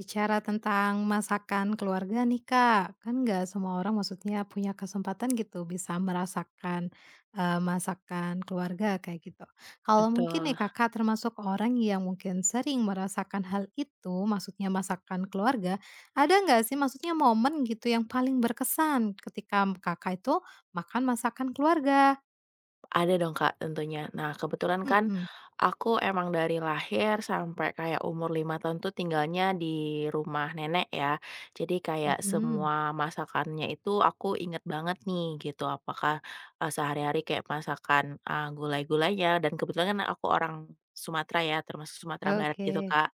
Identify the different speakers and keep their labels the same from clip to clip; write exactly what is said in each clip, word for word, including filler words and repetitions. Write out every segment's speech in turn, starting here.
Speaker 1: Bicara tentang masakan keluarga nih Kak, kan nggak semua orang maksudnya punya kesempatan gitu bisa merasakan, eee, masakan keluarga kayak gitu. Kalau mungkin
Speaker 2: Betul.
Speaker 1: nih Kakak termasuk orang yang mungkin sering merasakan hal itu, maksudnya masakan keluarga, ada nggak sih maksudnya momen gitu yang paling berkesan ketika Kakak itu makan masakan keluarga?
Speaker 2: Ada dong Kak, tentunya. Nah, kebetulan kan
Speaker 1: Mhm,
Speaker 2: aku emang dari lahir sampai kayak umur lima tahun tuh tinggalnya di rumah nenek ya. Jadi kayak
Speaker 1: mhm,
Speaker 2: semua masakannya itu aku inget banget nih gitu. Apakah eh, sehari-hari kayak masakan eh, gulai-gulainya dan kebetulan kan aku orang Sumatera ya, termasuk Sumatera Barat gitu
Speaker 1: oke.
Speaker 2: Kak.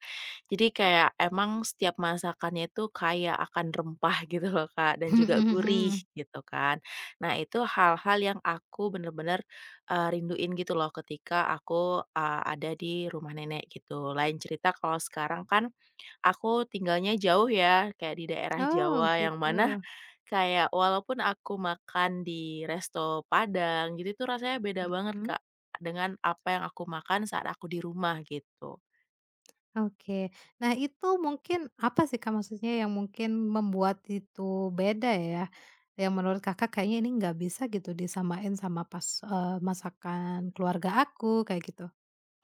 Speaker 2: Jadi kayak emang setiap masakannya itu kayak akan rempah gitu loh Kak dan juga
Speaker 1: Mhm
Speaker 2: gurih
Speaker 1: mhm.
Speaker 2: gitu kan. Nah, itu hal-hal yang aku bener-bener Eee, rinduin gitu loh ketika aku, eee, ada di rumah nenek gitu. Lain cerita kalau sekarang kan aku tinggalnya jauh ya, kayak di daerah
Speaker 1: Oh
Speaker 2: Jawa yang mana
Speaker 1: gitu,
Speaker 2: kayak walaupun aku makan di resto Padang gitu, itu rasanya beda banget
Speaker 1: mhm.
Speaker 2: Kak, dengan apa yang aku makan saat aku di rumah gitu.
Speaker 1: Oke. Nah itu mungkin apa sih, Kak, maksudnya yang mungkin membuat itu beda ya, yang menurut Kakak kayaknya ini nggak bisa gitu disamain sama pas, eee, masakan keluarga aku kayak gitu?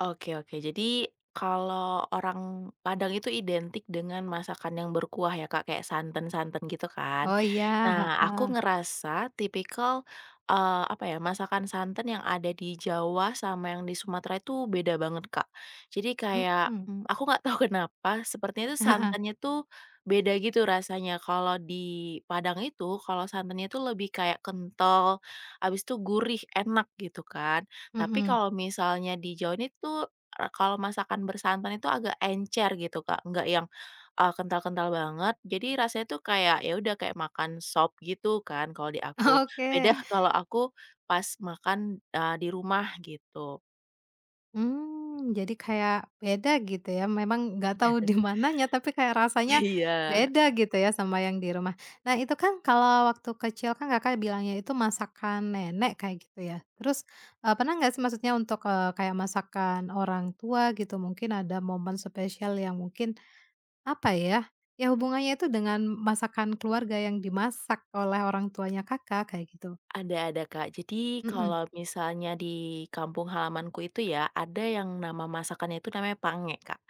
Speaker 2: Oke oke. Jadi, kalau orang Padang itu identik dengan masakan yang berkuah ya, Kak, kayak santen-santen gitu kan.
Speaker 1: Oh iya,
Speaker 2: Nah, aku
Speaker 1: heeh,
Speaker 2: ngerasa tipikal, eee, apa ya, masakan santen yang ada di Jawa sama yang di Sumatera itu beda banget, Kak. Jadi kayak,
Speaker 1: mhm,
Speaker 2: mmm, aku nggak tahu kenapa sepertinya itu
Speaker 1: heeh,
Speaker 2: santannya tuh beda gitu rasanya. Kalau di Padang itu, kalau santannya tuh lebih kayak kental, habis itu gurih, enak gitu kan. Tapi
Speaker 1: mhm,
Speaker 2: kalau misalnya di Jawa ini tuh, eee, kalau masakan bersantan itu agak encer gitu, Kak, nggak yang, eee, kental-kental banget. Jadi rasanya tuh kayak, ya udah kayak makan sop gitu kan kalau di aku. Beda
Speaker 1: oke.
Speaker 2: kalau aku pas makan, eee, di rumah gitu.
Speaker 1: Mmm, jadi kayak beda gitu ya, memang nggak tahu di mananya, tapi kayak rasanya
Speaker 2: Iya.
Speaker 1: beda gitu ya sama yang di rumah. Nah itu kan kalau waktu kecil kan Kakak bilangnya itu masakan nenek kayak gitu ya. Terus, eee, pernah nggak sih maksudnya untuk, eee, kayak masakan orang tua gitu mungkin ada momen spesial yang mungkin, apa ya, ya hubungannya itu dengan masakan keluarga yang dimasak oleh orang tuanya Kakak kayak gitu?
Speaker 2: Ada ada, Kak. Jadi
Speaker 1: Mhm,
Speaker 2: kalau misalnya di kampung halamanku itu ya, ada yang nama masakannya itu namanya pange, Kak.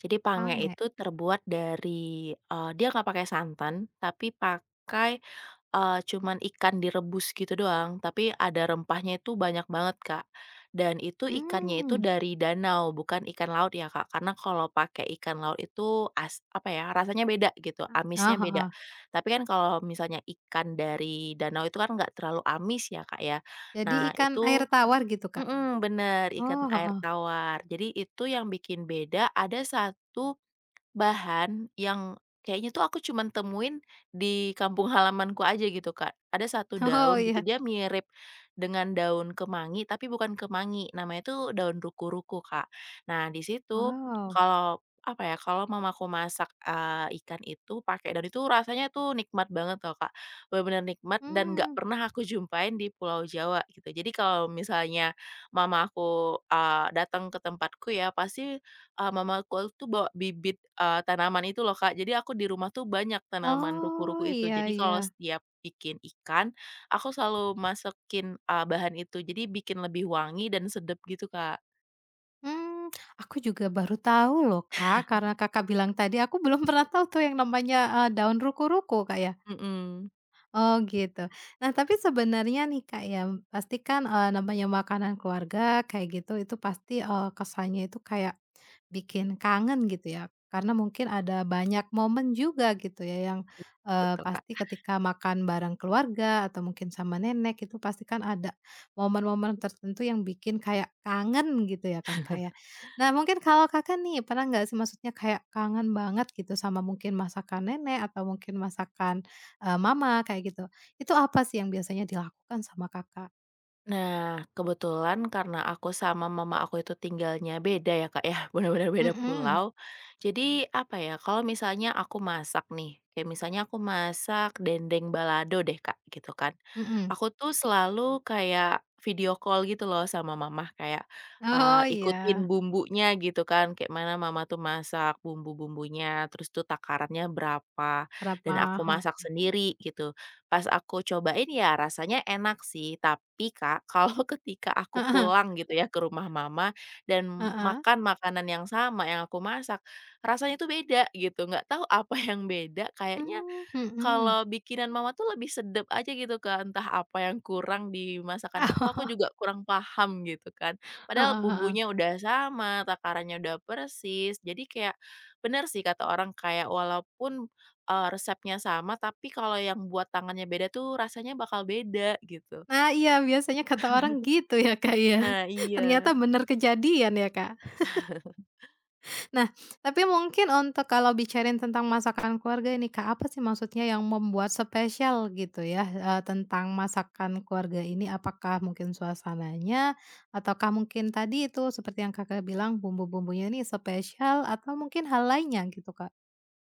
Speaker 2: Jadi pange
Speaker 1: pange.
Speaker 2: itu terbuat dari, eee, dia nggak pakai santan, tapi pakai Eee, cuman ikan direbus gitu doang, tapi ada rempahnya itu banyak banget, Kak. Dan itu ikannya
Speaker 1: Mmm.
Speaker 2: itu dari danau, bukan ikan laut ya, Kak. Karena kalau pakai ikan laut itu as apa ya, rasanya beda gitu,
Speaker 1: Oh,
Speaker 2: amisnya beda.
Speaker 1: heeh.
Speaker 2: Tapi kan kalau misalnya ikan dari danau itu kan nggak terlalu amis ya, Kak, ya.
Speaker 1: Jadi
Speaker 2: Nah
Speaker 1: ikan air
Speaker 2: itu,
Speaker 1: tawar gitu, Kak?
Speaker 2: mhm, bener, ikan
Speaker 1: Oh,
Speaker 2: air
Speaker 1: heeh.
Speaker 2: tawar. Jadi itu yang bikin beda ada satu Bahan yang kayaknya tuh aku cuman temuin di kampung halamanku aja gitu, Kak. Ada satu
Speaker 1: Oh,
Speaker 2: daun
Speaker 1: iya.
Speaker 2: gitu, dia mirip dengan daun kemangi, tapi bukan kemangi, namanya tuh daun ruku-ruku, Kak. Nah, di situ
Speaker 1: Wow.
Speaker 2: kalau, apa ya, kalau mamaku masak, eee, ikan itu pakai daun itu rasanya tuh nikmat banget loh, Kak. Benar benar nikmat dan nggak
Speaker 1: Mmm.
Speaker 2: pernah aku jumpain di Pulau Jawa gitu. Jadi kalau misalnya mama aku, eee, datang ke tempatku ya, pasti Eee, mamaku tuh bawa bibit, eee, tanaman itu loh, Kak. Jadi aku di rumah tuh banyak tanaman ruku-ruku
Speaker 1: Oh,
Speaker 2: itu.
Speaker 1: iya
Speaker 2: Jadi kalau
Speaker 1: iya.
Speaker 2: setiap bikin ikan, aku selalu masukin, eee, bahan itu. Jadi bikin lebih wangi dan sedap gitu, Kak.
Speaker 1: Mmm, aku juga baru tahu loh, Kak, karena Kakak bilang tadi, aku belum pernah tahu tuh yang namanya, eee, daun ruku-ruku, Kak, ya.
Speaker 2: Mhm.
Speaker 1: Oh gitu. Nah tapi sebenarnya nih Kak ya, pasti kan, eee, namanya makanan keluarga kayak gitu itu pasti, eee, kesannya itu kayak bikin kangen gitu ya, karena mungkin ada banyak momen juga gitu ya yang, eee, pasti ketika makan bareng keluarga atau mungkin sama nenek itu pasti kan ada momen-momen tertentu yang bikin kayak kangen gitu ya kan Kak ya. Nah mungkin kalau Kakak nih pernah nggak sih maksudnya kayak kangen banget gitu sama mungkin masakan nenek atau mungkin masakan Eee, mama kayak gitu. Itu apa sih yang biasanya dilakukan sama Kakak?
Speaker 2: Nah, kebetulan karena aku sama mama aku itu tinggalnya beda ya, Kak, ya, benar-benar beda
Speaker 1: Mhm,
Speaker 2: pulau. Jadi, apa ya, kalau misalnya aku masak nih, kayak misalnya aku masak dendeng balado deh, Kak, gitu kan.
Speaker 1: mhm.
Speaker 2: Aku tuh selalu kayak video call gitu loh sama mama, kayak, eee,
Speaker 1: Oh
Speaker 2: ikutin
Speaker 1: iya,
Speaker 2: bumbunya gitu kan, kayak mana mama tuh masak bumbu-bumbunya, terus tuh takarannya berapa, dan aku
Speaker 1: Arapaho.
Speaker 2: masak sendiri gitu. Pas aku cobain ya rasanya enak sih, tapi Kak, kalau ketika aku
Speaker 1: Heeh
Speaker 2: pulang gitu ya ke rumah mama dan
Speaker 1: heeh.
Speaker 2: makan makanan yang sama yang aku masak, rasanya tuh beda gitu, nggak tahu apa yang beda, kayaknya
Speaker 1: Mmm, mhm.
Speaker 2: kalau bikinan mama tuh lebih sedep aja gitu Kak, entah apa yang kurang di masakan aku, aku juga kurang paham gitu kan. Padahal
Speaker 1: Heeh heeh.
Speaker 2: bumbunya udah sama, takarannya udah persis, jadi kayak bener sih kata orang kayak walaupun, eee, resepnya sama, tapi kalau yang buat tangannya beda tuh rasanya bakal beda gitu.
Speaker 1: Nah iya biasanya kata orang gitu ya Kak ya.
Speaker 2: Nah
Speaker 1: Ternyata
Speaker 2: iya.
Speaker 1: bener kejadian ya Kak? Nah, tapi mungkin untuk kalau bicarain tentang masakan keluarga ini Kak, apa sih maksudnya yang membuat spesial gitu ya, eee, tentang masakan keluarga ini? Apakah mungkin suasananya, ataukah mungkin tadi itu seperti yang Kakak bilang bumbu-bumbunya ini spesial, atau mungkin hal lainnya gitu, Kak?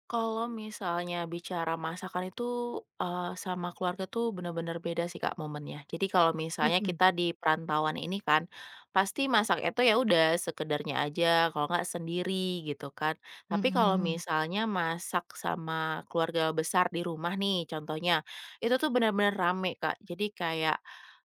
Speaker 2: Kalau misalnya bicara masakan itu, eee, sama keluarga tuh bener-bener beda sih Kak momennya. Jadi kalau misalnya
Speaker 1: Mhm,
Speaker 2: kita di perantauan ini kan, pasti masak itu ya udah sekedarnya aja, kalau nggak sendiri gitu kan. Tapi kalau
Speaker 1: mhm.
Speaker 2: misalnya masak sama keluarga besar di rumah nih contohnya, itu tuh bener-bener rame Kak. Jadi kayak,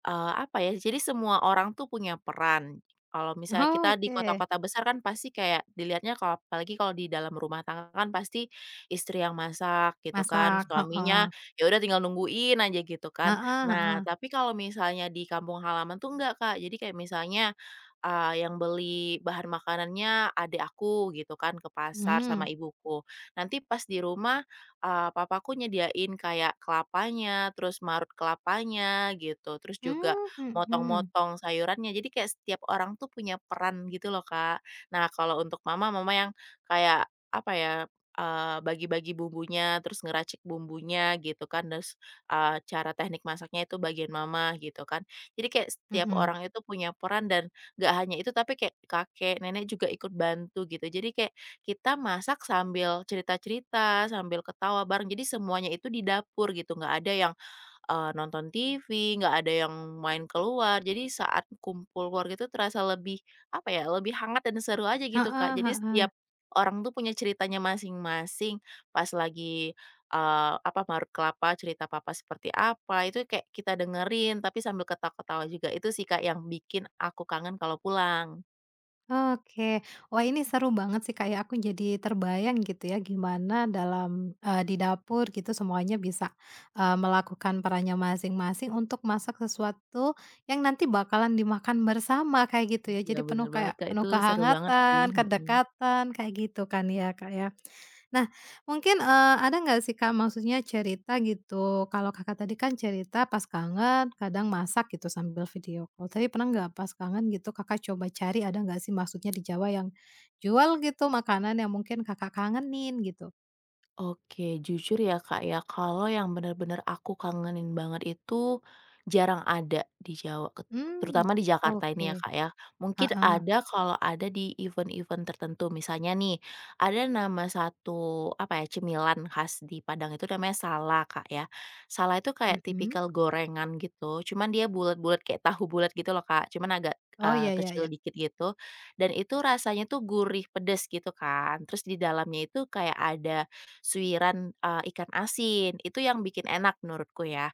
Speaker 2: eee, apa ya, jadi semua orang tuh punya peran. Kalau misalnya kita di
Speaker 1: Oke,
Speaker 2: kota-kota besar kan pasti kayak dilihatnya kalau apalagi kalau di dalam rumah tangga kan pasti istri yang masak gitu kan,
Speaker 1: masak,
Speaker 2: suaminya
Speaker 1: heeh.
Speaker 2: ya udah tinggal nungguin aja gitu kan.
Speaker 1: Heeh heeh.
Speaker 2: Nah, tapi kalau misalnya di kampung halaman tuh enggak, Kak. Jadi kayak misalnya, eee, yang beli bahan makanannya adik aku gitu kan ke pasar sama
Speaker 1: Mmm.
Speaker 2: ibuku. Nanti pas di rumah, eee, papaku nyediain kayak kelapanya, terus marut kelapanya gitu, terus juga
Speaker 1: Mmm, mhm.
Speaker 2: motong-motong sayurannya. Jadi kayak setiap orang tuh punya peran gitu loh, Kak. Nah, kalau untuk mama, mama yang kayak apa ya eee, bagi-bagi bumbunya, terus ngeracik bumbunya gitu kan, terus, eee, cara teknik masaknya itu bagian mama gitu kan. Jadi kayak setiap
Speaker 1: Mhm.
Speaker 2: orang itu punya peran dan nggak hanya itu, tapi kayak kakek, nenek juga ikut bantu gitu. Jadi kayak kita masak sambil cerita-cerita, sambil ketawa bareng, jadi semuanya itu di dapur gitu, nggak ada yang, eee, nonton T V, nggak ada yang main keluar. Jadi saat kumpul keluarga itu terasa lebih, apa ya, lebih hangat dan seru aja gitu, Kak.
Speaker 1: Heeh
Speaker 2: Jadi setiap
Speaker 1: heeh.
Speaker 2: Orang tuh punya ceritanya masing-masing, pas lagi, eee, apa, marut kelapa cerita papa seperti apa, itu kayak kita dengerin tapi sambil ketawa-ketawa juga. Itu sih, Kak, yang bikin aku kangen kalau pulang.
Speaker 1: Oke. Wah, ini seru banget sih, kayak aku jadi terbayang gitu ya gimana dalam, eee, di dapur gitu semuanya bisa, eee, melakukan perannya masing-masing untuk masak sesuatu yang nanti bakalan dimakan bersama kayak gitu ya.
Speaker 2: Iya,
Speaker 1: Jadi penuh
Speaker 2: bener banget,
Speaker 1: kayak
Speaker 2: Kak, itu
Speaker 1: penuh
Speaker 2: seru banget sih,
Speaker 1: kehangatan,
Speaker 2: mhm.
Speaker 1: kedekatan kayak gitu kan ya, Kak, ya? Nah, mungkin, eee, ada nggak sih, Kak, maksudnya cerita gitu, kalau Kakak tadi kan cerita pas kangen kadang masak gitu sambil video call, tapi pernah nggak pas kangen gitu Kakak coba cari ada nggak sih maksudnya di Jawa yang jual gitu makanan yang mungkin Kakak kangenin gitu?
Speaker 2: Oke, jujur ya Kak ya, kalau yang benar-benar aku kangenin banget itu jarang ada di Jawa, ket
Speaker 1: Hmm,
Speaker 2: terutama di Jakarta ini
Speaker 1: oke,
Speaker 2: ya Kak ya. Mungkin
Speaker 1: heeh,
Speaker 2: ada kalau ada di event-event tertentu, misalnya nih ada nama satu, apa ya, cemilan khas di Padang itu namanya sala Kak ya. Sala itu kayak
Speaker 1: mhm.
Speaker 2: tipikal gorengan gitu, cuman dia bulat-bulat kayak tahu bulat gitu loh Kak, cuman agak,
Speaker 1: Oh,
Speaker 2: eee,
Speaker 1: ya ya
Speaker 2: kecil
Speaker 1: ya,
Speaker 2: dikit gitu, dan itu rasanya tuh gurih pedes gitu kan, terus di dalamnya itu kayak ada suiran, eee, ikan asin, itu yang bikin enak menurutku ya.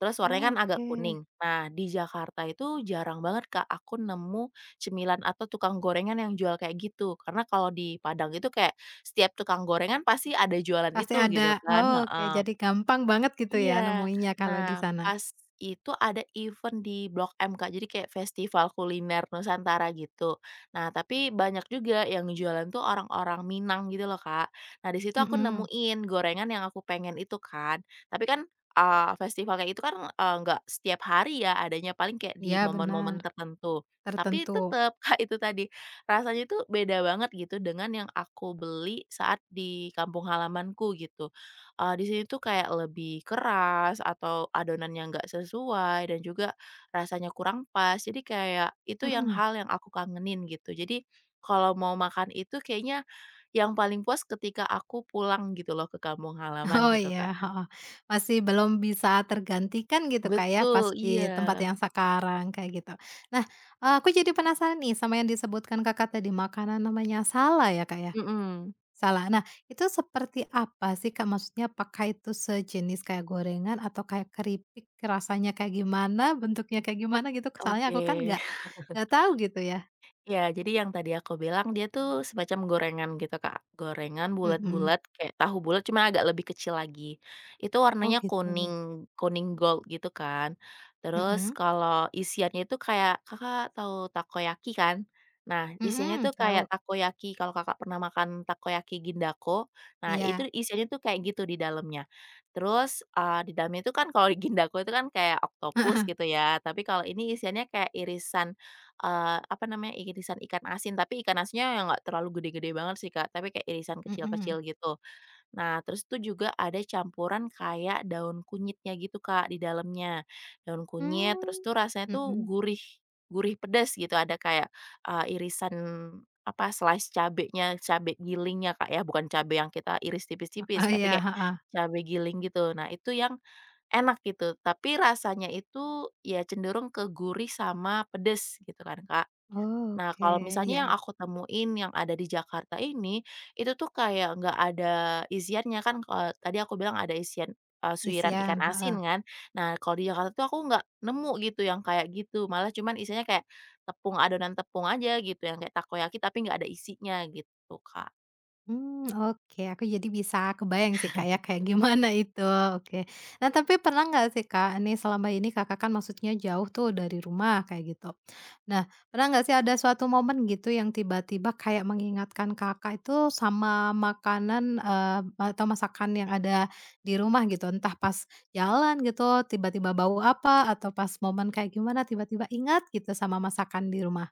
Speaker 2: Terus warnanya kan agak
Speaker 1: oke.
Speaker 2: kuning. Nah, di Jakarta itu jarang banget Kak aku nemu cemilan atau tukang gorengan yang jual kayak gitu. Karena kalau di Padang itu kayak setiap tukang gorengan pasti ada jualan
Speaker 1: Pasti
Speaker 2: itu
Speaker 1: ada,
Speaker 2: gitu kan,
Speaker 1: oke,
Speaker 2: heeh.
Speaker 1: jadi gampang banget gitu ya
Speaker 2: Iya.
Speaker 1: nemuinya kalau di
Speaker 2: Nah,
Speaker 1: sana?
Speaker 2: pas itu ada event di Blok M, Kak, jadi kayak festival kuliner Nusantara gitu. Nah, tapi banyak juga yang jualan tuh orang-orang Minang gitu loh, Kak. Nah, di situ aku
Speaker 1: Mhm,
Speaker 2: nemuin gorengan yang aku pengen itu kan. Tapi kan, eee, festival kayak itu kan, eee, nggak setiap hari ya adanya, paling kayak di
Speaker 1: iya benar,
Speaker 2: momen-momen tertentu. Tapi
Speaker 1: tertentu,
Speaker 2: tetep, Kak, itu tadi, rasanya tuh beda banget gitu dengan yang aku beli saat di kampung halamanku gitu. Eee, di sini tuh kayak lebih keras atau adonannya nggak sesuai dan juga rasanya kurang pas. Jadi kayak itu yang
Speaker 1: mhm.
Speaker 2: hal yang aku kangenin gitu. Jadi kalau mau makan itu kayaknya yang paling puas ketika aku pulang gitu loh ke kampung halaman
Speaker 1: Oh
Speaker 2: gitu, Kak.
Speaker 1: iya, heeh. Masih belum bisa tergantikan gitu Kak ya,
Speaker 2: Betul,
Speaker 1: pas
Speaker 2: iya.
Speaker 1: di tempat yang sekarang, kayak gitu. Nah, eee, aku jadi penasaran nih sama yang disebutkan Kakak tadi, makanan namanya salad ya Kak ya?
Speaker 2: Mhm,
Speaker 1: Salad. Nah, itu seperti apa sih Kak? Maksudnya apakah itu sejenis kayak gorengan atau kayak keripik, rasanya kayak gimana, bentuknya kayak gimana gitu? Soalnya aku kan
Speaker 2: oke.
Speaker 1: nggak nggak tahu gitu ya.
Speaker 2: Iya, jadi yang tadi aku bilang dia tuh semacam gorengan gitu, Kak. Gorengan
Speaker 1: Mhm.
Speaker 2: bulat-bulat kayak tahu bulat cuma agak lebih kecil lagi. Itu
Speaker 1: Oh
Speaker 2: warnanya
Speaker 1: gitu.
Speaker 2: kuning, kuning gold gitu kan. Terus
Speaker 1: Mhm.
Speaker 2: kalau isiannya itu kayak Kakak tahu takoyaki kan? Nah, isiannya
Speaker 1: Mhm,
Speaker 2: tuh kayak
Speaker 1: tahu.
Speaker 2: takoyaki kalau Kakak pernah makan takoyaki Gindako. Nah,
Speaker 1: Iya.
Speaker 2: itu isiannya tuh kayak gitu di dalamnya. Terus, eee, di dalamnya itu kan kalau di Gindako itu kan kayak oktopus gitu ya, tapi kalau ini isiannya kayak irisan Eee, apa namanya, irisan ikan asin, tapi ikan asinnya yang nggak terlalu gede-gede banget sih, Kak, tapi kayak irisan
Speaker 1: Heeh. Mhm.
Speaker 2: kecil-kecil gitu. Nah, terus itu juga ada campuran kayak daun kunyitnya gitu, Kak, di dalamnya. Daun kunyit, terus
Speaker 1: Mmm.
Speaker 2: tuh rasanya tuh
Speaker 1: Mhm.
Speaker 2: gurih gurih pedas gitu, ada kayak, eee, irisan, apa, slice cabenya, cabe gilingnya, Kak, ya, bukan cabe yang kita iris tipis-tipis,
Speaker 1: Heeh,
Speaker 2: tapi
Speaker 1: iya,
Speaker 2: kayak
Speaker 1: heeh.
Speaker 2: cabe giling gitu. Nah, itu yang enak gitu, tapi rasanya itu ya cenderung ke gurih sama pedes gitu kan, Kak. Nah,
Speaker 1: Oke,
Speaker 2: kalau
Speaker 1: iya
Speaker 2: misalnya yang
Speaker 1: iya,
Speaker 2: aku temuin yang ada di Jakarta ini, itu tuh kayak nggak ada isiannya kan, eee, tadi aku bilang ada isian, eee, suiran
Speaker 1: isian,
Speaker 2: ikan
Speaker 1: heeh.
Speaker 2: asin kan. Nah, kalau di Jakarta tuh aku nggak nemu gitu yang kayak gitu, malah cuman isinya kayak tepung, adonan tepung aja gitu, yang kayak takoyaki tapi nggak ada isinya gitu, Kak.
Speaker 1: Mmm, oke, aku jadi bisa kebayang sih, Kak, ya, kayak gimana itu, oke. Nah, tapi pernah nggak sih, Kak, nih selama ini Kakak kan maksudnya jauh tuh dari rumah kayak gitu. Nah, pernah nggak sih ada suatu momen gitu yang tiba-tiba kayak mengingatkan Kakak itu sama makanan, eee, atau masakan yang ada di rumah gitu, entah pas jalan gitu, tiba-tiba bau apa, atau pas momen kayak gimana tiba-tiba ingat gitu sama masakan di rumah?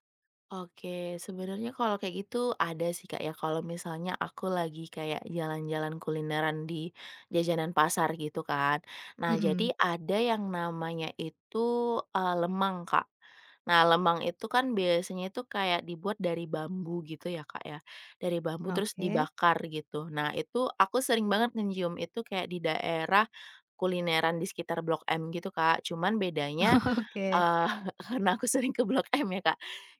Speaker 2: Oke, sebenarnya kalau kayak gitu ada sih, Kak, ya, kalau misalnya aku lagi kayak jalan-jalan kulineran di jajanan pasar gitu kan. Nah, jadi
Speaker 1: Mhm.
Speaker 2: ada yang namanya itu, eee, lemang, Kak. Nah, lemang itu kan biasanya itu kayak dibuat dari bambu gitu ya, Kak, ya, dari bambu terus
Speaker 1: Oke
Speaker 2: dibakar gitu. Nah, itu aku sering banget ngecium itu kayak di daerah kulineran di sekitar Blok M gitu, Kak. Cuman bedanya
Speaker 1: oke.
Speaker 2: Eee, karena aku sering ke Blok M ya, Kak.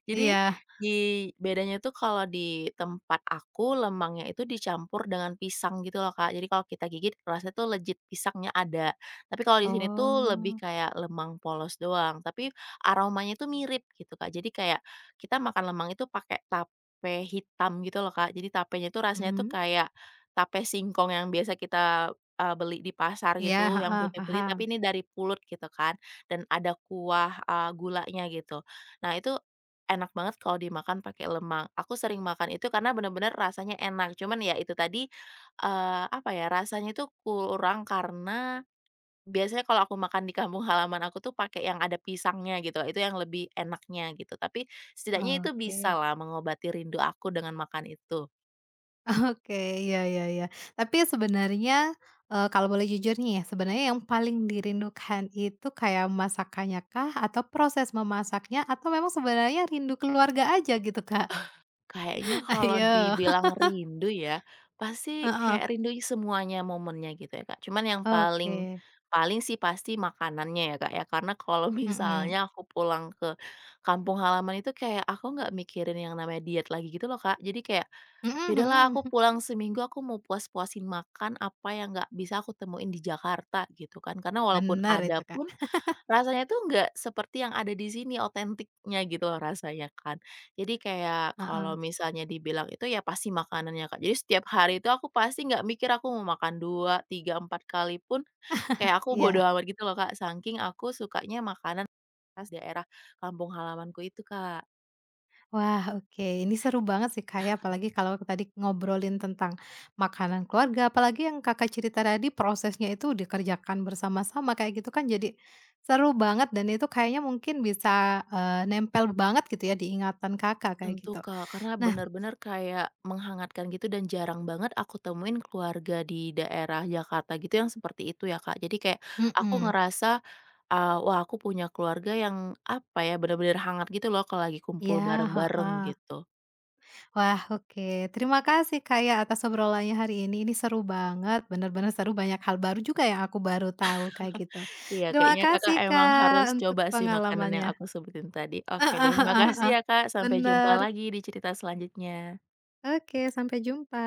Speaker 2: Jadi
Speaker 1: Iya.
Speaker 2: di bedanya itu kalau di tempat aku lemangnya itu dicampur dengan pisang gitu loh, Kak. Jadi kalau kita gigit rasanya tuh legit pisangnya ada. Tapi kalau di sini tuh lebih
Speaker 1: Oh.
Speaker 2: kayak lemang polos doang, tapi aromanya itu mirip gitu, Kak. Jadi kayak kita makan lemang itu pakai tape hitam gitu loh, Kak. Jadi tapenya itu rasanya tuh
Speaker 1: Mhm.
Speaker 2: kayak tape singkong yang biasa kita, eee, beli di pasar
Speaker 1: Iya,
Speaker 2: gitu yang
Speaker 1: heeh,
Speaker 2: putih-putih, tapi
Speaker 1: paham.
Speaker 2: ini dari pulut gitu kan dan ada kuah, eee, gulanya gitu. Nah itu enak banget kalau dimakan pakai lemang. Aku sering makan itu karena bener-bener rasanya enak. Cuman ya itu tadi, eee, apa ya, rasanya itu kurang karena biasanya kalau aku makan di kampung halaman aku tuh pakai yang ada pisangnya gitu, itu yang lebih enaknya gitu. Tapi setidaknya itu
Speaker 1: Oke
Speaker 2: bisa lah mengobati rindu aku dengan makan itu.
Speaker 1: oke. Iya iya iya. Tapi sebenarnya, eee, kalau boleh jujur nih ya, sebenarnya yang paling dirindukan itu kayak masakannya kah? Atau proses memasaknya? Atau memang sebenarnya rindu keluarga aja gitu, Kak?
Speaker 2: Kayaknya kalau
Speaker 1: Ayo.
Speaker 2: dibilang rindu ya, pasti
Speaker 1: Heeh.
Speaker 2: kayak rindu semuanya momennya gitu ya Kak, cuman yang paling
Speaker 1: Oke.
Speaker 2: paling sih pasti makanannya ya Kak ya, karena kalau
Speaker 1: Mhm.
Speaker 2: misalnya aku pulang ke kampung halaman itu kayak aku nggak mikirin yang namanya diet lagi gitu loh Kak, jadi kayak, ya
Speaker 1: Mhm
Speaker 2: udahlah
Speaker 1: mhm.
Speaker 2: aku pulang seminggu aku mau puas-puasin makan apa yang nggak bisa aku temuin di Jakarta gitu kan, karena walaupun
Speaker 1: Bener
Speaker 2: ada
Speaker 1: itu, Kak.
Speaker 2: pun, rasanya tuh nggak seperti yang ada di sini otentiknya gitu loh rasanya kan. Jadi kayak
Speaker 1: Heeh.
Speaker 2: kalau misalnya dibilang itu ya pasti makanannya, Kak. Jadi setiap hari itu aku pasti nggak mikir aku mau makan dua, tiga, empat kali pun kayak aku bodo
Speaker 1: Iya.
Speaker 2: amat gitu loh, Kak, saking aku sukanya makanan khas daerah kampung halamanku itu, Kak.
Speaker 1: Wah, oke. Ini seru banget sih, Kak, ya, apalagi kalau tadi ngobrolin tentang makanan keluarga, apalagi yang Kakak cerita tadi prosesnya itu dikerjakan bersama-sama kayak gitu kan jadi seru banget dan itu kayaknya mungkin bisa, eee, nempel banget gitu ya di ingatan Kakak kayak
Speaker 2: Tentu,
Speaker 1: gitu.
Speaker 2: Kak, karena
Speaker 1: Nah
Speaker 2: benar-benar kayak menghangatkan gitu dan jarang banget aku temuin keluarga di daerah Jakarta gitu yang seperti itu ya, Kak. Jadi kayak aku
Speaker 1: mhm,
Speaker 2: ngerasa, eee, wah aku punya keluarga yang apa ya, benar-benar hangat gitu loh kalau lagi kumpul
Speaker 1: ya,
Speaker 2: bareng-bareng
Speaker 1: heeh.
Speaker 2: gitu.
Speaker 1: Wah, oke. Terima kasih, Kak, ya, atas obrolannya hari ini. Ini seru banget, bener-bener seru banyak hal baru juga yang aku baru tahu kayak gitu.
Speaker 2: Iya,
Speaker 1: Terima
Speaker 2: kayaknya Kakak
Speaker 1: kasih,
Speaker 2: emang harus
Speaker 1: Kak, untuk
Speaker 2: coba sih makanan yang aku
Speaker 1: pengalamannya.
Speaker 2: sebutin tadi. Oke
Speaker 1: Heeh
Speaker 2: deh,
Speaker 1: heeh
Speaker 2: makasih
Speaker 1: heeh.
Speaker 2: ya Kak, sampai jumpa
Speaker 1: Bener.
Speaker 2: lagi di cerita selanjutnya.
Speaker 1: Oke, sampai jumpa.